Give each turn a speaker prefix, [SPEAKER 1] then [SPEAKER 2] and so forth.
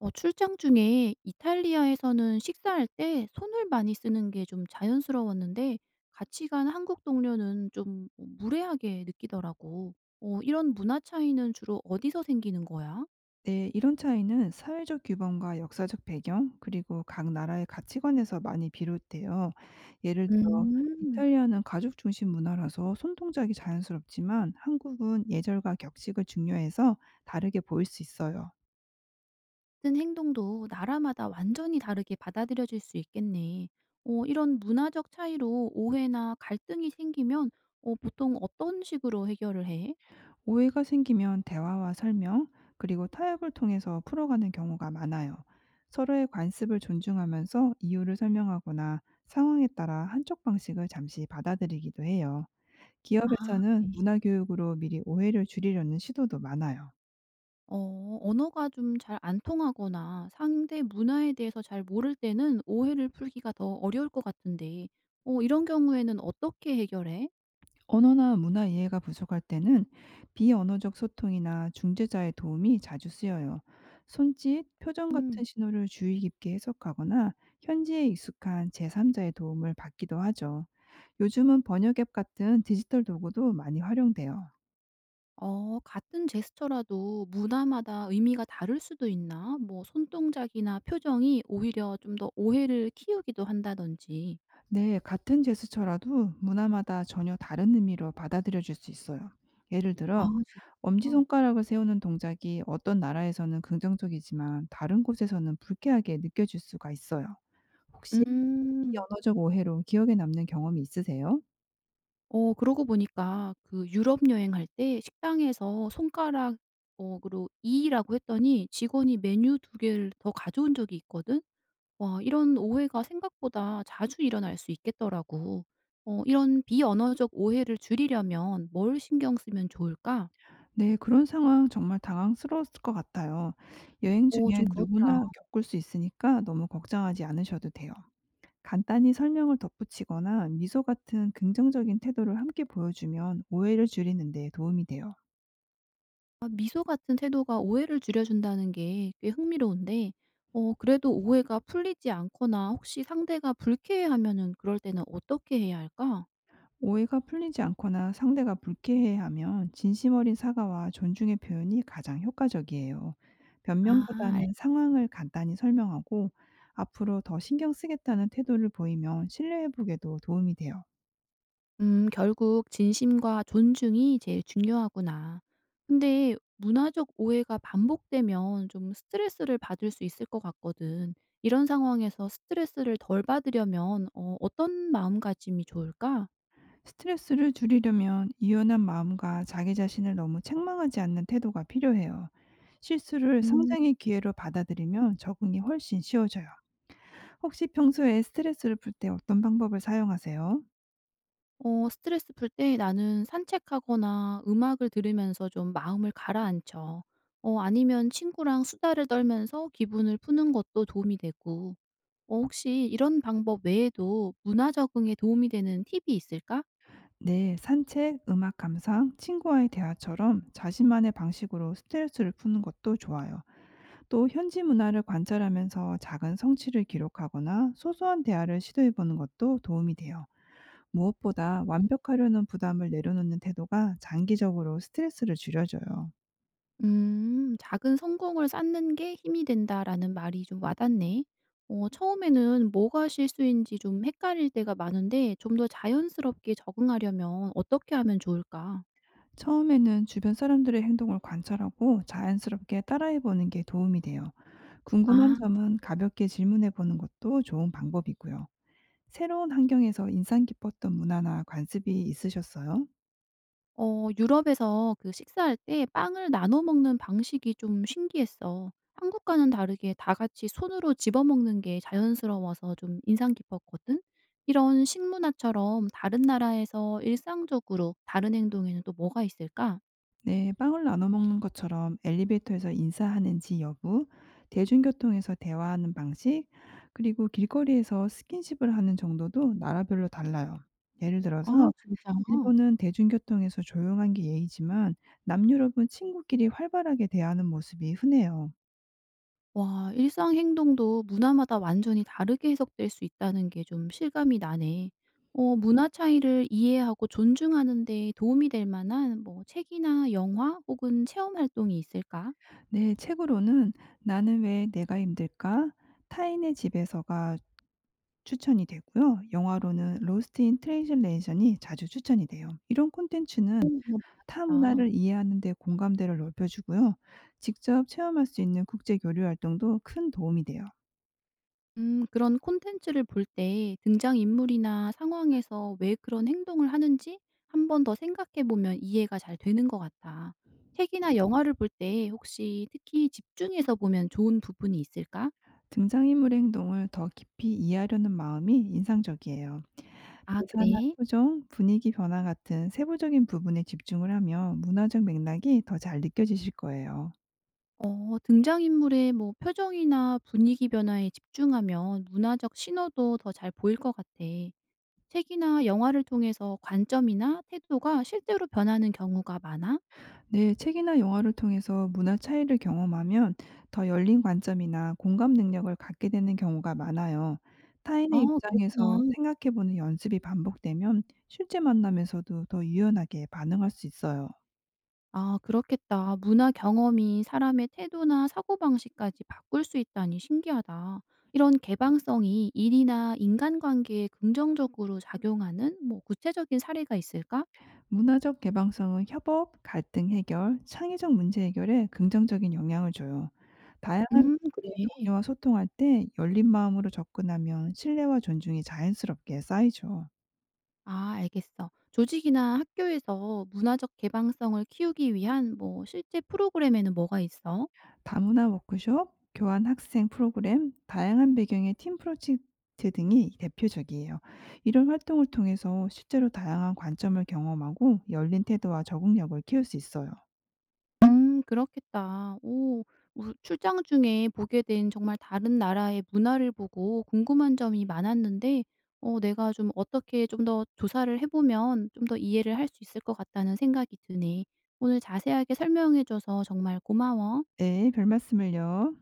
[SPEAKER 1] 출장 중에 이탈리아에서는 식사할 때 손을 많이 쓰는 게 좀 자연스러웠는데 같이 간 한국 동료는 좀 무례하게 느끼더라고. 이런 문화 차이는 주로 어디서 생기는 거야?
[SPEAKER 2] 네, 이런 차이는 사회적 규범과 역사적 배경, 그리고 각 나라의 가치관에서 많이 비롯돼요. 예를 들어,
[SPEAKER 1] 음.
[SPEAKER 2] 이탈리아는 가족 중심 문화라서 손 동작이 자연스럽지만 한국은 예절과 격식을 중요해서 다르게 보일 수 있어요.
[SPEAKER 1] 같은 행동도 나라마다 완전히 다르게 받아들여질 수 있겠네. 이런 문화적 차이로 오해나 갈등이 생기면 보통 어떤 식으로 해결을 해?
[SPEAKER 2] 오해가 생기면 대화와 설명, 그리고 타협을 통해서 풀어가는 경우가 많아요. 서로의 관습을 존중하면서 이유를 설명하거나 상황에 따라 한쪽 방식을 잠시 받아들이기도 해요.
[SPEAKER 1] 아
[SPEAKER 2] 기업에서는
[SPEAKER 1] 그래.
[SPEAKER 2] 문화 교육으로 미리 오해를 줄이려는 시도도 많아요.
[SPEAKER 1] 언어가 좀 잘 안 통하거나 상대 문화에 대해서 잘 모를 때는 오해를 풀기가 더 어려울 것 같은데 이런 경우에는 어떻게 해결해?
[SPEAKER 2] 언어나 문화 이해가 부족할 때는 비언어적 소통이나 중재자의 도움이 자주 쓰여요. 손짓, 표정 같은
[SPEAKER 1] 음.
[SPEAKER 2] 신호를 주의 깊게 해석하거나 현지에 익숙한 제3자의 도움을 받기도 하죠. 요즘은 번역 앱 같은 디지털 도구도 많이 활용돼요.
[SPEAKER 1] 같은 제스처라도 문화마다 의미가 다를 수도 있나? 뭐 손동작이나 표정이 오히려 좀 더 오해를 키우기도 한다든지.
[SPEAKER 2] 네, 같은 제스처라도 문화마다 전혀 다른 의미로 받아들여질 수 있어요. 예를
[SPEAKER 1] 아
[SPEAKER 2] 들어
[SPEAKER 1] 진짜?
[SPEAKER 2] 엄지손가락을 세우는 동작이 어떤 나라에서는 긍정적이지만 다른 곳에서는 불쾌하게 느껴질 수가 있어요. 혹시
[SPEAKER 1] 음.
[SPEAKER 2] 비언어적 오해로 기억에 남는 경험이 있으세요?
[SPEAKER 1] 그러고 보니까 그 유럽 여행할 때 식당에서 손가락 어 으로 이 라고 했더니 직원이 메뉴 두 개를 더 가져온 적이 있거든. 와 이런 오해가 생각보다 자주 일어날 수 있겠더라고. 이런 비언어적 오해를 줄이려면 뭘 신경 쓰면 좋을까?
[SPEAKER 2] 네, 그런 상황 정말 당황스러웠을 것 같아요. 여행 중에
[SPEAKER 1] 좀 그렇더라.
[SPEAKER 2] 누구나 겪을 수 있으니까 너무 걱정하지 않으셔도 돼요. 간단히 설명을 덧붙이거나 미소 같은 긍정적인 태도를 함께 보여주면 오해를 줄이는 데 도움이 돼요.
[SPEAKER 1] 아 미소 같은 태도가 오해를 줄여준다는 게 꽤 흥미로운데 그래도 오해가 풀리지 않거나 혹시 상대가 불쾌해하면은 그럴 때는 어떻게 해야 할까?
[SPEAKER 2] 오해가 풀리지 않거나 상대가 불쾌해하면 진심 어린 사과와 존중의 표현이 가장 효과적이에요.
[SPEAKER 1] 아
[SPEAKER 2] 변명보다는
[SPEAKER 1] 알겠어.
[SPEAKER 2] 상황을 간단히 설명하고 앞으로 더 신경 쓰겠다는 태도를 보이면 신뢰 회복에도 도움이 돼요.
[SPEAKER 1] '결국 진심과 존중이 제일 중요하구나.' 근데 문화적 오해가 반복되면 좀 스트레스를 받을 수 있을 것 같거든. 이런 상황에서 스트레스를 덜 받으려면 어떤 마음가짐이 좋을까?
[SPEAKER 2] 스트레스를 줄이려면 유연한 마음과 자기 자신을 너무 책망하지 않는 태도가 필요해요. 실수를
[SPEAKER 1] 음.
[SPEAKER 2] 성장의 기회로 받아들이면 적응이 훨씬 쉬워져요. 혹시 평소에 스트레스를 풀 때 어떤 방법을 사용하세요?
[SPEAKER 1] 스트레스 풀 때 나는 산책하거나 음악을 들으면서 좀 마음을 가라앉혀. 아니면 친구랑 수다를 떨면서 기분을 푸는 것도 도움이 되고. 혹시 이런 방법 외에도 문화 적응에 도움이 되는 팁이 있을까?
[SPEAKER 2] 네, 산책, 음악 감상, 친구와의 대화처럼 자신만의 방식으로 스트레스를 푸는 것도 좋아요. 또 현지 문화를 관찰하면서 작은 성취를 기록하거나 소소한 대화를 시도해 보는 것도 도움이 돼요. 무엇보다 완벽하려는 부담을 내려놓는 태도가 장기적으로 스트레스를 줄여줘요.
[SPEAKER 1] "작은 성공을 쌓는 게 힘이 된다."라는 말이 좀 와닿네. 처음에는 뭐가 실수인지 좀 헷갈릴 때가 많은데 좀 더 자연스럽게 적응하려면 어떻게 하면 좋을까?
[SPEAKER 2] 처음에는 주변 사람들의 행동을 관찰하고 자연스럽게 따라해 보는 게 도움이 돼요. 궁금한
[SPEAKER 1] 아.
[SPEAKER 2] 점은 가볍게 질문해 보는 것도 좋은 방법이고요. 새로운 환경에서 인상 깊었던 문화나 관습이 있으셨어요?
[SPEAKER 1] 유럽에서 그 식사할 때 빵을 나눠 먹는 방식이 좀 신기했어. 한국과는 다르게 다 같이 손으로 집어 먹는 게 자연스러워서 좀 인상 깊었거든. 이런 식문화처럼 다른 나라에서 일상적으로 다른 행동에는 또 뭐가 있을까?
[SPEAKER 2] 네, 빵을 나눠 먹는 것처럼 엘리베이터에서 인사하는지 여부, 대중교통에서 대화하는 방식, 그리고 길거리에서 스킨십을 하는 정도도 나라별로 달라요. 예를
[SPEAKER 1] 아,
[SPEAKER 2] 들어서
[SPEAKER 1] 진짜?
[SPEAKER 2] 일본은 대중교통에서 조용한 게 예의지만 남유럽은 친구끼리 활발하게 대하는 모습이 흔해요.
[SPEAKER 1] 와 일상 행동도 문화마다 완전히 다르게 해석될 수 있다는 게 좀 실감이 나네. 문화 차이를 이해하고 존중하는 데 도움이 될 만한 뭐 책이나 영화 혹은 체험 활동이 있을까?
[SPEAKER 2] 네, 책으로는 나는 왜 내가 힘들까? 타인의 집에서가 추천이 되고요. 영화로는 로스트 인 트랜실레이션이 자주 추천이 돼요. 이런 콘텐츠는
[SPEAKER 1] 음, 이거
[SPEAKER 2] 타
[SPEAKER 1] 봐야겠다.
[SPEAKER 2] 문화를 이해하는 데 공감대를 넓혀 주고요. 직접 체험할 수 있는 국제 교류 활동도 큰 도움이 돼요.
[SPEAKER 1] 그런 콘텐츠를 볼 때 등장인물이나 상황에서 왜 그런 행동을 하는지 한 번 더 생각해 보면 이해가 잘 되는 것 같아. 책이나 영화를 볼 때 혹시 특히 집중해서 보면 좋은 부분이 있을까?
[SPEAKER 2] 등장인물의 행동을 더 깊이 이해하려는 마음이 인상적이에요.
[SPEAKER 1] 아
[SPEAKER 2] 대사나
[SPEAKER 1] 그래?
[SPEAKER 2] 표정, 분위기 변화 같은 세부적인 부분에 집중을 하면 문화적 맥락이 더 잘 느껴지실 거예요.
[SPEAKER 1] 등장인물의 뭐 표정이나 분위기 변화에 집중하면 문화적 신호도 더 잘 보일 것 같아. 책이나 영화를 통해서 관점이나 태도가 실제로 변하는 경우가 많아?
[SPEAKER 2] 네, 책이나 영화를 통해서 문화 차이를 경험하면 더 열린 관점이나 공감 능력을 갖게 되는 경우가 많아요. 타인의
[SPEAKER 1] 아,
[SPEAKER 2] 입장에서
[SPEAKER 1] 그렇구나.
[SPEAKER 2] 생각해보는 연습이 반복되면 실제 만남에서도 더 유연하게 반응할 수 있어요.
[SPEAKER 1] 아, 그렇겠다. 문화 경험이 사람의 태도나 사고방식까지 바꿀 수 있다니 신기하다. 이런 개방성이 일이나 인간관계에 긍정적으로 작용하는 뭐 구체적인 사례가 있을까?
[SPEAKER 2] 문화적 개방성은 협업, 갈등 해결, 창의적 문제 해결에 긍정적인 영향을 줘요. 다양한 분야의
[SPEAKER 1] 그래.
[SPEAKER 2] 동료와 소통할 때 열린 마음으로 접근하면 신뢰와 존중이 자연스럽게 쌓이죠.
[SPEAKER 1] 아 알겠어. 조직이나 학교에서 문화적 개방성을 키우기 위한 뭐 실제 프로그램에는 뭐가 있어?
[SPEAKER 2] 다문화 워크숍, 교환 학생 프로그램, 다양한 배경의 팀 프로젝트 등이 대표적이에요. 이런 활동을 통해서 실제로 다양한 관점을 경험하고 열린 태도와 적응력을 키울 수 있어요.
[SPEAKER 1] 그렇겠다. 오 우 출장 중에 보게 된 정말 다른 나라의 문화를 보고 궁금한 점이 많았는데 내가 좀 어떻게 좀 더 조사를 해 보면 좀 더 이해를 할 수 있을 것 같다는 생각이 드네. 오늘 자세하게 설명해 줘서 정말 고마워.
[SPEAKER 2] 네, 별 말씀을요.